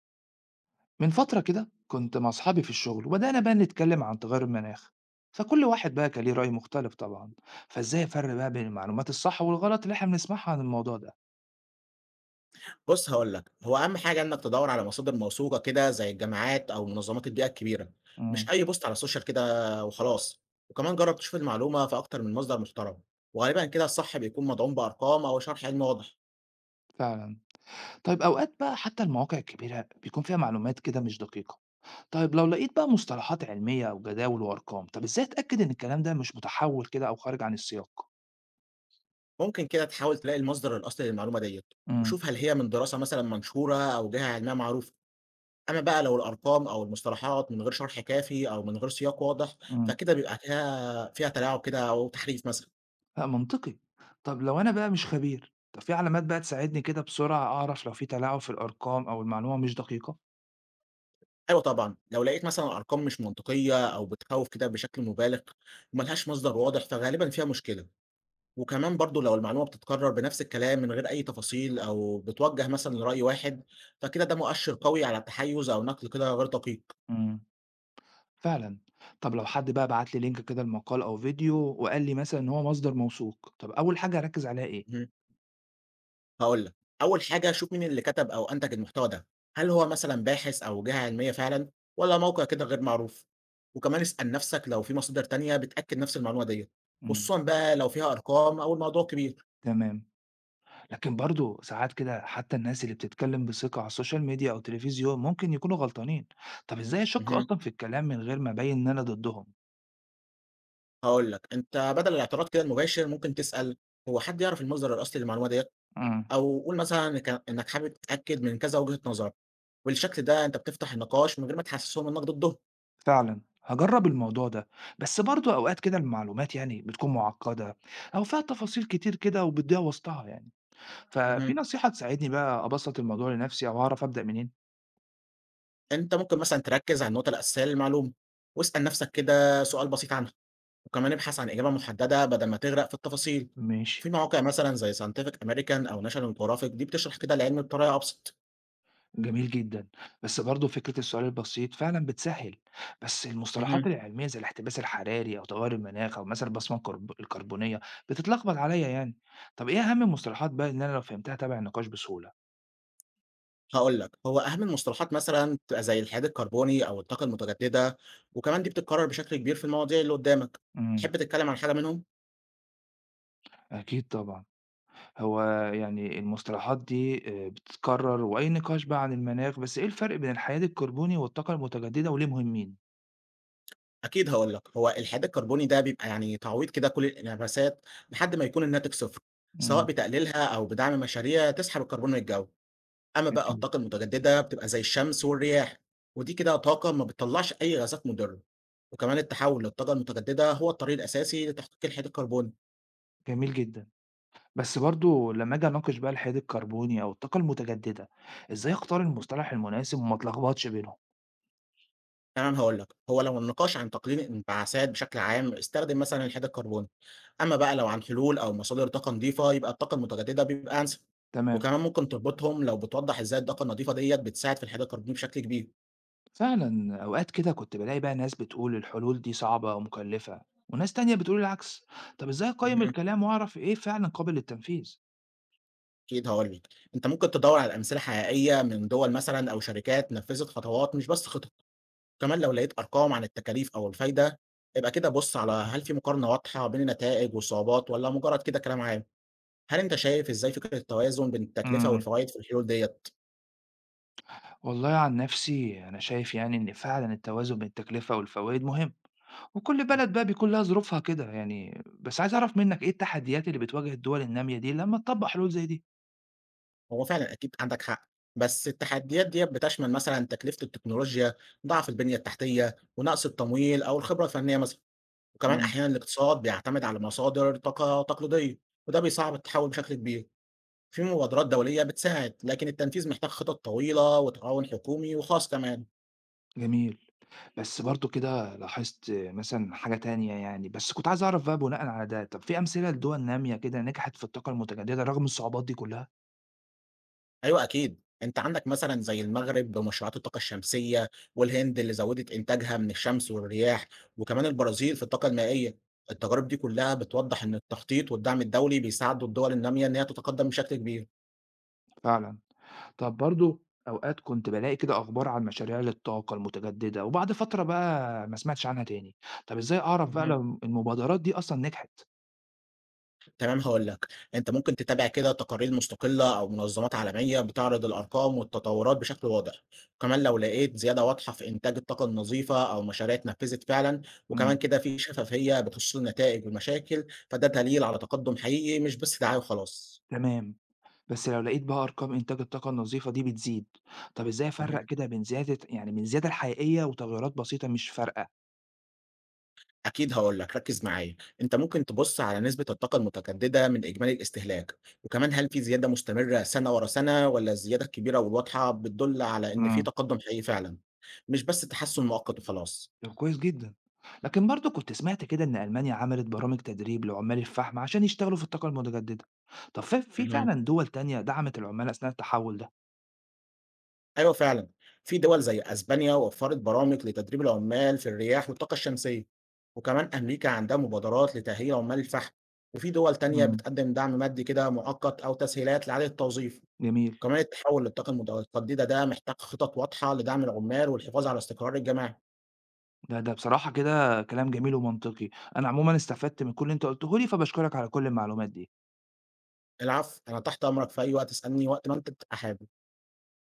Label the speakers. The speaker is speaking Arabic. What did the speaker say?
Speaker 1: من فترة كده كنت مع أصحابي في الشغل وبدأنا بقى نتكلم عن تغير المناخ، فكل واحد بقى كان ليه رأي مختلف طبعا. فإزاي أفرق بقى بين المعلومات الصح والغلط اللي إحنا بنسمعها عن الموضوع ده؟
Speaker 2: بُص هاقول لك، هو أهم حاجة إنك تدوّر على مصادر موثوقة كده زي الجامعات أو منظمات البيئة الكبيرة،
Speaker 1: امم.
Speaker 2: مش أي بوست على السوشيال كده وخلاص، وكمان جرّب تشوف المعلومة في أكتر من مصدر محترم، وغالبًا كده الصح بيكون مدعوم بأرقام أو شرح علمي واضح.
Speaker 1: فعلا. طيب أوقات بقى حتى المواقع الكبيرة بيكون فيها معلومات كده مش دقيقة. طيب لو لقيت بقى مصطلحات علمية أو جداول وأرقام، طب إزاي أتأكد إن الكلام ده مش متحول كده أو خارج عن السياق؟
Speaker 2: ممكن كده تحاول تلاقي المصدر الأصلي للمعلومة ديّة، وشوف هل هي من دراسة مثلًا منشورة أو جهة علمية معروفة، أما بقى لو الأرقام أو المصطلحات من غير شرح كافي أو من غير سياق واضح،
Speaker 1: امم.
Speaker 2: فكده بيبقى فيها تلاعب كده أو تحريف مثلًا.
Speaker 1: لأ منطقي. طب لو أنا بقى مش خبير، طب في علامات بقى تساعدني كده بسرعة أعرف لو في تلاعب في الأرقام أو المعلومة مش دقيقة؟
Speaker 2: أيوه طبعًا، لو لقيت مثلًا أرقام مش منطقية أو بتخوّف كده بشكل مبالغ وما لهاش مصدر واضح، فغالبًا فيها مشكلة، وكمان برضه لو المعلومة بتتكرر بنفس الكلام من غير أي تفاصيل أو بتوجه مثلًا لرأي واحد، فكده ده مؤشر قوي على تحيُّز أو نقل كده غير دقيق.
Speaker 1: امم. فعلا. طب لو حد بقى بعت لي لينك كده لمقال أو فيديو وقال لي مثلا إن هو مصدر موثوق، طب أول حاجة أركز عليها إيه؟
Speaker 2: اهم، هاقول لك، أول حاجة شوف مين اللي كتب أو أنتج المحتوى ده، هل هو مثلًا باحث أو جهة علمية فعلًا والّا موقع كده غير معروف؟ وكمان اسأل نفسك لو في مصادر تانية بتأكد نفس المعلومة ديّة،
Speaker 1: امم.
Speaker 2: خصوصًا بقى لو فيها أرقام أو الموضوع كبير.
Speaker 1: تمام. لكن برضه ساعات كده حتى الناس اللي بتتكلم بثقة على السوشيال ميديا أو التلفزيون ممكن يكونوا غلطانين. طب إزاي أشك
Speaker 2: اهم.
Speaker 1: أصلا في الكلام من غير ما أبين إن أنا ضدهم؟
Speaker 2: هاقول لك، أنت بدل الاعتراض كده المباشر ممكن تسأل هو حد يعرف المصدر الأصلي للمعلومة ديّة؟
Speaker 1: امم.
Speaker 2: أو قُل مثلًا ك إنك حابب تتأكد من كذا وجهة نظر، وبالشكل ده أنت بتفتح النقاش من غير ما تحسسهم إنك ضدهم.
Speaker 1: فعلا هجرب الموضوع ده. بس برضو اوقات كده المعلومات يعني بتكون معقدة او فيها تفاصيل كتير كده وبتضيع وسطها يعني. ففي
Speaker 2: اهم.
Speaker 1: نصيحة تساعدني بقى ابسط الموضوع لنفسي او اعرف ابدأ منين؟
Speaker 2: أنت ممكن مثلًا تركز على النقطة الأساسية للمعلومة، واسأل نفسك كده سؤال بسيط عنها، وكمان ابحث عن إجابة محددة بدل ما تغرق في التفاصيل.
Speaker 1: ماشي.
Speaker 2: في مواقع مثلًا زي scientific american أو national geographic دي بتشرح كده العلم بطريقة أبسط.
Speaker 1: جميل جدا. بس برضو فكرة السؤال البسيط فعلا بتسهل. بس المصطلحات
Speaker 2: اهم.
Speaker 1: العلمية زي الاحتباس الحراري او تغير المناخ او مثلا البصمة الكربونية بتتلخبط عليا يعني. طب ايه اهم المصطلحات بقى ان انا لو فهمتها تابع النقاش بسهولة؟
Speaker 2: هاقول لك، هو أهم المصطلحات مثلًا بتبقى زي الحياد الكربوني أو الطاقة المتجددة، وكمان دي بتتكرر بشكل كبير في المواضيع اللي قدامك،
Speaker 1: امم.
Speaker 2: تحب تتكلم عن حاجة منهم؟
Speaker 1: اكيد طبعا. هو يعني المصطلحات دي بتتكرر وأي نقاش بقى عن المناخ، بس إيه الفرق بين الحياد الكربوني والطاقة المتجددة وليه مهمين؟
Speaker 2: أكيد هاقول لك، هو الحياد الكربوني ده بيبقى يعني تعويض كده كل الانعكاسات لحد ما يكون الناتج صفر، سواء
Speaker 1: إمم،
Speaker 2: بتقليلها أو بدعم مشاريع تسحب الكربون من الجو، أما بقى
Speaker 1: أكيد.
Speaker 2: الطاقة المتجددة بتبقى زي الشمس والرياح، ودي كده طاقة ما بتطلعش أي غازات مضرة، وكمان التحول للطاقة المتجددة هو الطريق الأساسي لتحقيق الحياد الكربوني.
Speaker 1: جميل جدًا، بس برضه لمّا آجي أناقش بقى الحياد الكربوني أو الطاقة المتجددة، إزاي أختار المصطلح المناسب وما أتلخبطش بينهم؟
Speaker 2: تمام هاقول لك، هو لو النقاش عن تقليل الانبعاثات بشكل عام استخدم مثلًا الحديد الكربوني، أمّا بقى لو عن حلول أو مصادر طاقة نضيفة يبقى الطاقة المتجددة بيبقى أنسب،
Speaker 1: تمام.
Speaker 2: وكمان ممكن تربطهم لو بتوضح إزاي الطاقة النضيفة ديّة بتساعد في الحديد الكربوني بشكل كبير.
Speaker 1: فعلًا أوقات كده كنت بالاقي بقى ناس بتقول الحلول دي صعبة ومكلفة، وناس تانية بتقول العكس، طب إزاي أقيّم
Speaker 2: اهم.
Speaker 1: الكلام وأعرف إيه فعلًا قابل للتنفيذ؟
Speaker 2: أكيد هاقول لك، أنت ممكن تدوّر على أمثلة حقيقية من دول مثلًا أو شركات نفذت خطوات مش بس خطط، كمان لو لقيت أرقام عن التكاليف أو الفايدة، يبقى كده بُص على هل في مقارنة واضحة بين النتائج والصعوبات والّا مجرد كده كلام عام؟ هل أنت شايف إزاي فكرة التوازن بين التكلفة
Speaker 1: إمم.
Speaker 2: والفوايد في الحلول ديّة؟
Speaker 1: والله عن نفسي أنا شايف يعني إن فعلًا التوازن بين التكلفة والفوايد مهم، وكل بلد بقى بيكون لها ظروفها كده يعني، بس عايز أعرف منك إيه التحديات اللي بتواجه الدول النامية دي لمّا تطبّق حلول زي دي؟
Speaker 2: هو فعلًا أكيد عندك حق، بس التحديات ديّة بتشمل مثلًا تكلفة التكنولوجيا، ضعف البنية التحتية، ونقص التمويل أو الخبرة الفنية مثلًا، وكمان
Speaker 1: إمم،
Speaker 2: أحيانًا الاقتصاد بيعتمد على مصادر طاقة تقليدية، وده بيصعّب التحول بشكل كبير. في مبادرات دولية بتساعد، لكن التنفيذ محتاج خطط طويلة وتعاون حكومي وخاص كمان.
Speaker 1: جميل. بس برضه كده لاحظت مثلًا حاجة تانية يعني، بس كنت عايز أعرف بقى بناءً على ده، طب في أمثلة لدول نامية كده نجحت في الطاقة المتجددة رغم الصعوبات دي كلها؟
Speaker 2: أيوه أكيد، أنت عندك مثلًا زي المغرب بمشروعات الطاقة الشمسية، والهند اللي زوّدت إنتاجها من الشمس والرياح، وكمان البرازيل في الطاقة المائية، التجارب دي كلّها بتوضّح إن التخطيط والدعم الدولي بيساعدوا الدول النامية إن هي تتقدم بشكل كبير.
Speaker 1: فعلًا. طب برضه أوقات كنت بالاقي كده أخبار عن مشاريع للطاقة المتجددة وبعد فترة بقى ما سمعتش عنها تاني، طب إزاي أعرف بقى
Speaker 2: اهم.
Speaker 1: لو المبادرات دي أصلًا نجحت؟
Speaker 2: تمام هاقول لك، أنت ممكن تتابع كده تقارير مستقلة أو منظمات عالمية بتعرض الأرقام والتطورات بشكل واضح، وكمان لو لقيت زيادة واضحة في إنتاج الطاقة النظيفة أو مشاريع اتنفذت فعلًا، وكمان
Speaker 1: إمم،
Speaker 2: كده في شفافية بخصوص النتائج والمشاكل، فده دليل على تقدم حقيقي مش بس دعاية وخلاص.
Speaker 1: تمام. بس لو لقيت بقى أرقام إنتاج الطاقة النظيفة دي بتزيد، طب إزاي أفرق كده بين زيادة يعني من الزيادة الحقيقية وتغيرات بسيطة مش فارقة؟
Speaker 2: أكيد هاقول لك، ركّز معايا. أنت ممكن تبُص على نسبة الطاقة المتجددة من إجمالي الاستهلاك، وكمان هل في زيادة مستمرة سَنة ورا سَنة والّا الزيادة الكبيرة والواضحة بتدُل على إن في
Speaker 1: إمم.
Speaker 2: تقدُّم حقيقي فعلًا، مش بس تحسُّن مؤقت وخلاص.
Speaker 1: طب كويس جدًا، لكن برضه كنت سمعت كده إن ألمانيا عملت برامج تدريب لعمال الفحم عشان يشتغلوا في الطاقة المتجددة، طب في
Speaker 2: اهم.
Speaker 1: فعلًا دول تانية دعمت العمال أثناء التحول ده؟
Speaker 2: أيوه فعلًا، في دول زي أسبانيا وفّرت برامج لتدريب العمّال في الرياح والطاقة الشمسية، وكمان أمريكا عندها مبادرات لتأهيل عمّال الفحم، وفي دول تانية
Speaker 1: إمم،
Speaker 2: بتقدِّم دعم مادي كده مؤقت أو تسهيلات لإعادة التوظيف.
Speaker 1: جميل.
Speaker 2: وكمان التحول للطاقة الجديدة ده محتاج خطط واضحة لدعم العمال والحفاظ على استقرار الجماعة.
Speaker 1: ده بصراحة كده كلام جميل ومنطقي، أنا عمومًا استفدت من كل اللي أنت قُلته لي، فباشكرك على كل المعلومات دي.
Speaker 2: العفو، أنا تحت أمرك في أي وقت اسألني وقت ما أنت تبقى حابب.